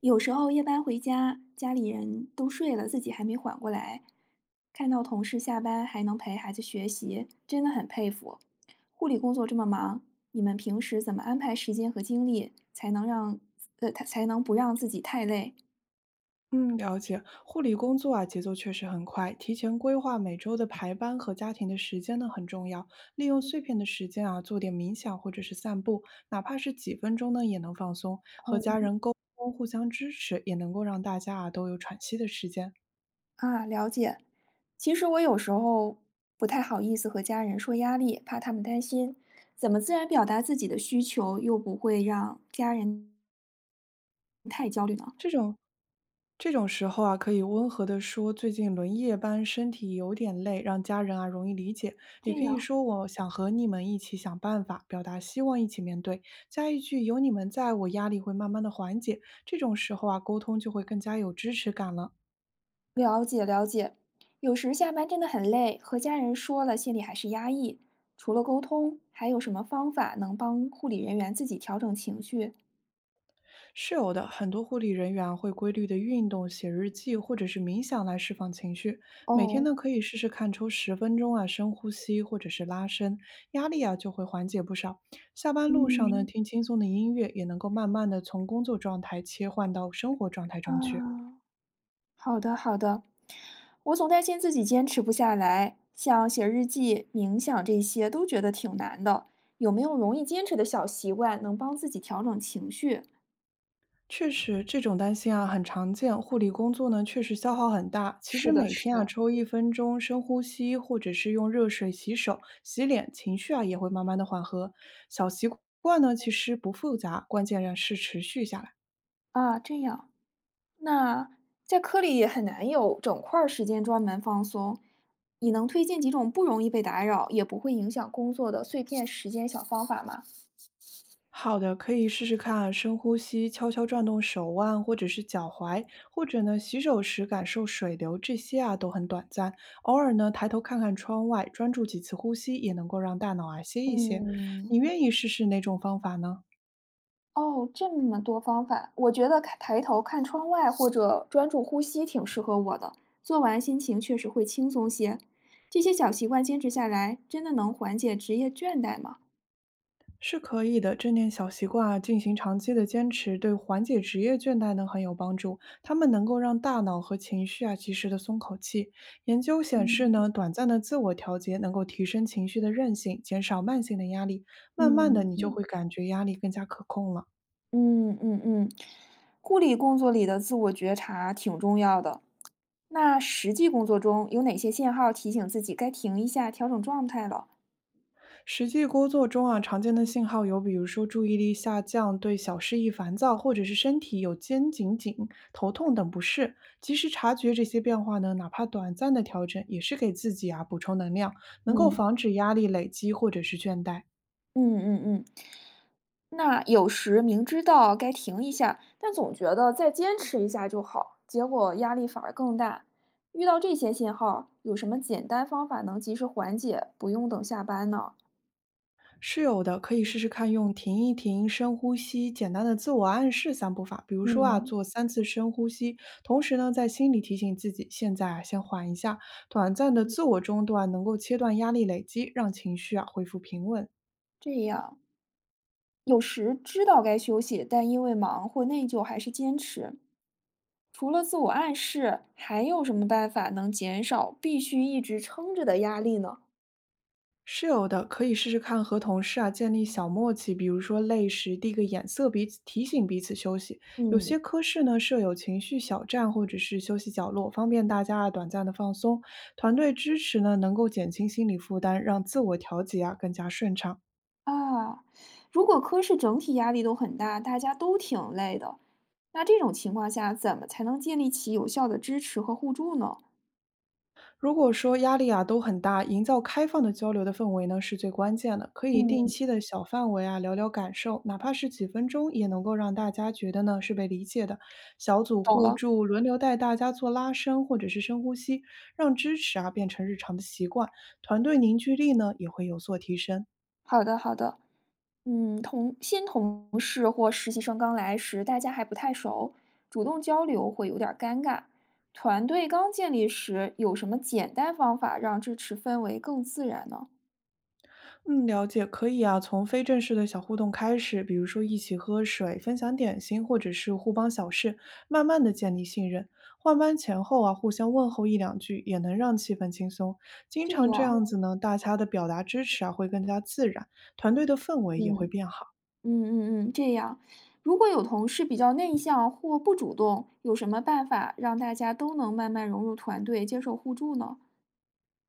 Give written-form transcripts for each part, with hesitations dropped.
有时候夜班回家，家里人都睡了，自己还没缓过来，看到同事下班还能陪孩子学习，真的很佩服。护理工作这么忙，你们平时怎么安排时间和精力，才能让才能不让自己太累？嗯，了解。护理工作啊，节奏确实很快，提前规划每周的排班和家庭的时间呢很重要。利用碎片的时间啊，做点冥想或者是散步，哪怕是几分钟呢，也能放松。和家哦，人沟通，互相支持，也能够让大家啊都有喘息的时间。啊，了解。其实我有时候不太好意思和家人说压力，怕他们担心。怎么自然表达自己的需求，又不会让家人太焦虑呢？这种时候啊，可以温和的说最近轮夜班，身体有点累，让家人啊容易理解。这也可以样，说我想和你们一起想办法，表达希望一起面对。加一句有你们在，我压力会慢慢的缓解。这种时候啊，沟通就会更加有支持感了。了解了解，有时下班真的很累，和家人说了，心里还是压抑。除了沟通，还有什么方法能帮护理人员自己调整情绪？是有的，很多护理人员啊会规律的运动、写日记或者是冥想来释放情绪。每天哦，呢可以试试看抽10分钟啊深呼吸或者是拉伸，压力啊就会缓解不少。下班路上呢嗯听轻松的音乐，也能够慢慢的从工作状态切换到生活状态啊，中去。好的好的。我总担心自己坚持不下来，像写日记、冥想这些都觉得挺难的。有没有容易坚持的小习惯能帮自己调整情绪？确实，这种担心啊很常见。护理工作呢，确实消耗很大。其是实的，每是天的。啊抽1分钟深呼吸，或者是用热水洗手、洗脸，情绪啊也会慢慢的缓和。小习惯呢其实不复杂，关键是持续下来。啊，这样。那在科里也很难有整块儿时间专门放松，你能推荐几种不容易被打扰，也不会影响工作的碎片时间小方法吗？好的，可以试试看啊深呼吸，悄悄转动手腕或者是脚踝，或者呢洗手时感受水流，这些啊都很短暂。偶尔呢抬头看看窗外，专注几次呼吸，也能够让大脑啊歇一歇。嗯，你愿意试试哪种方法呢？哦，这么多方法，我觉得看抬头看窗外或者专注呼吸挺适合我的，做完心情确实会轻松些。这些小习惯坚持下来，真的能缓解职业倦怠吗？是可以的，正念小习惯啊，进行长期的坚持，对缓解职业倦怠呢很有帮助。它们能够让大脑和情绪啊及时的松口气。研究显示呢，嗯，短暂的自我调节能够提升情绪的韧性，减少慢性的压力。慢慢的，你就嗯会感觉压力更加可控了。嗯嗯嗯，护理工作里的自我觉察挺重要的。那实际工作中有哪些信号提醒自己该停一下，调整状态了？实际工作中啊，常见的信嗯，号有，比如说注意力下降、对小事易烦躁，或者是身体有肩颈紧、头痛等不适。及时察觉这些变化呢，哪怕短暂的调整，也是给自己啊补充能量，能够嗯防止压力累积或者是倦怠。嗯嗯嗯那有时明知道该停一下，但总觉得再坚持一下就好，结果压力反而更大。遇到这些信号，有什么简单方法能及时缓解，不用等下班呢？是有的，可以试试看用停一停、深呼吸、简单的自我暗示三步法。比如说啊，嗯，做3次深呼吸，同时呢，在心里提醒自己，现在啊，先缓一下。短暂的自我中断能够切断压力累积，让情绪啊恢复平稳。这样，有时知道该休息，但因为忙或内疚还是坚持，除了自我暗示，还有什么办法能减少必须一直撑着的压力呢？是有的，可以试试看和同事啊建立小默契，比如说累时递个眼色，彼此提醒彼此休息。有嗯，些科室呢设有情绪小站或者是休息角落，方便大家啊短暂的放松。团队支持呢能够减轻心理负担，让自我调节啊更加顺畅。啊，如果科室整体压力都很大，大家都挺累的，那这种情况下，怎么才能建立起有效的支持和互助呢？如果说压力啊都很大，营造开放的交流的氛围呢是最关键的。可以定嗯，期的小范围啊聊聊感受，哪怕是几分钟，也能够让大家觉得呢是被理解的。小组懂互了，助，轮流带大家做拉伸或者是深呼吸，让支持啊变成日常的习惯，团队凝聚力呢也会有所提升。好的，好的。嗯，同新同事或实习生刚来时，大家还不太熟，主动交流会有点儿尴尬。团队刚建立时，有什么简单方法让支持氛围更自然呢？嗯，了解，可以啊。从非正式的小互动开始，比如说一起喝水、分享点心，或者是互帮小事，慢慢的建立信任。换班前后啊，互相问候一两句，也能让气氛轻松。经这常这样，样子呢，大家的表达支持啊会更加自然，团队的氛围也会嗯变好。嗯嗯嗯，这样。如果有同事比较内向或不主动，有什么办法让大家都能慢慢融入团队，接受互助呢？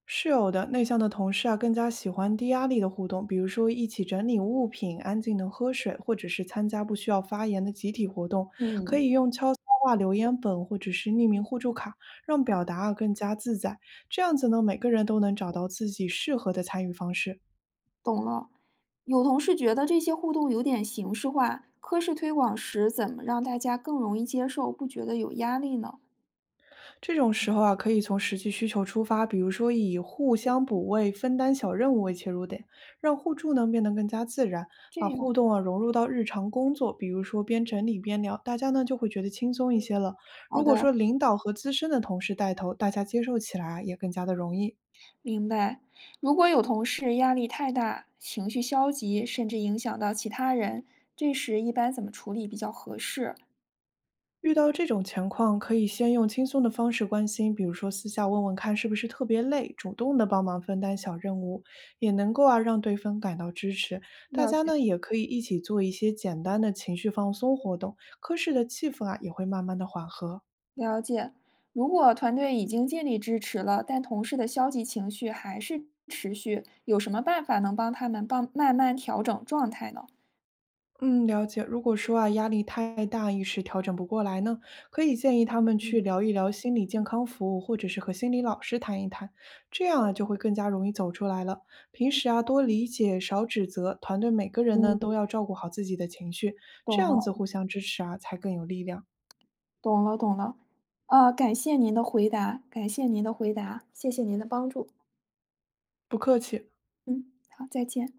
是有的，内向的同事啊，更加喜欢低压力的互动，比如说一起整理物品、安静的喝水，或者是参加不需要发言的集体活动。可嗯，以用悄悄话、留言本或者是匿名互助卡，让表达啊更加自在。这样子呢，每个人都能找到自己适合的参与方式。懂了。有同事觉得这些互动有点形式化，科室推广时怎么让大家更容易接受，不觉得有压力呢？这种时候啊，可以从实际需求出发，比如说以互相补位、分担小任务为切入点，让互助呢变得更加自然，这把样，互动啊融入到日常工作，比如说边整理边聊，大家呢就会觉得轻松一些了。好如果的，说领导和资深的同事带头，大家接受起来啊也更加的容易。明白。如果有同事压力太大，情绪消极，甚至影响到其他人，这时一般怎么处理比较合适？遇到这种情况，可以先用轻松的方式关心，比如说私下问问看是不是特别累，主动的帮忙分担小任务，也能够啊让对方感到支持。大了家解。呢也可以一起做一些简单的情绪放松活动，科室的气氛啊也会慢慢的缓和。了解。如果团队已经尽力支持了，但同事的消极情绪还是持续，有什么办法能帮他们帮慢慢调整状态呢？嗯，嗯，了解。如果说啊，压力太大，一时调整不过来呢，可以建议他们去聊一聊心理健康服务，或者是和心理老师谈一谈，这样啊就会更加容易走出来了。平时啊，多理解，少指责，团队每个人呢都要照顾好自己的情绪，这懂样了，子互相支持啊，才更有力量。懂了，懂了。啊，感谢您的回答，感谢您的回答，谢谢您的帮助。不客气。嗯，好，再见。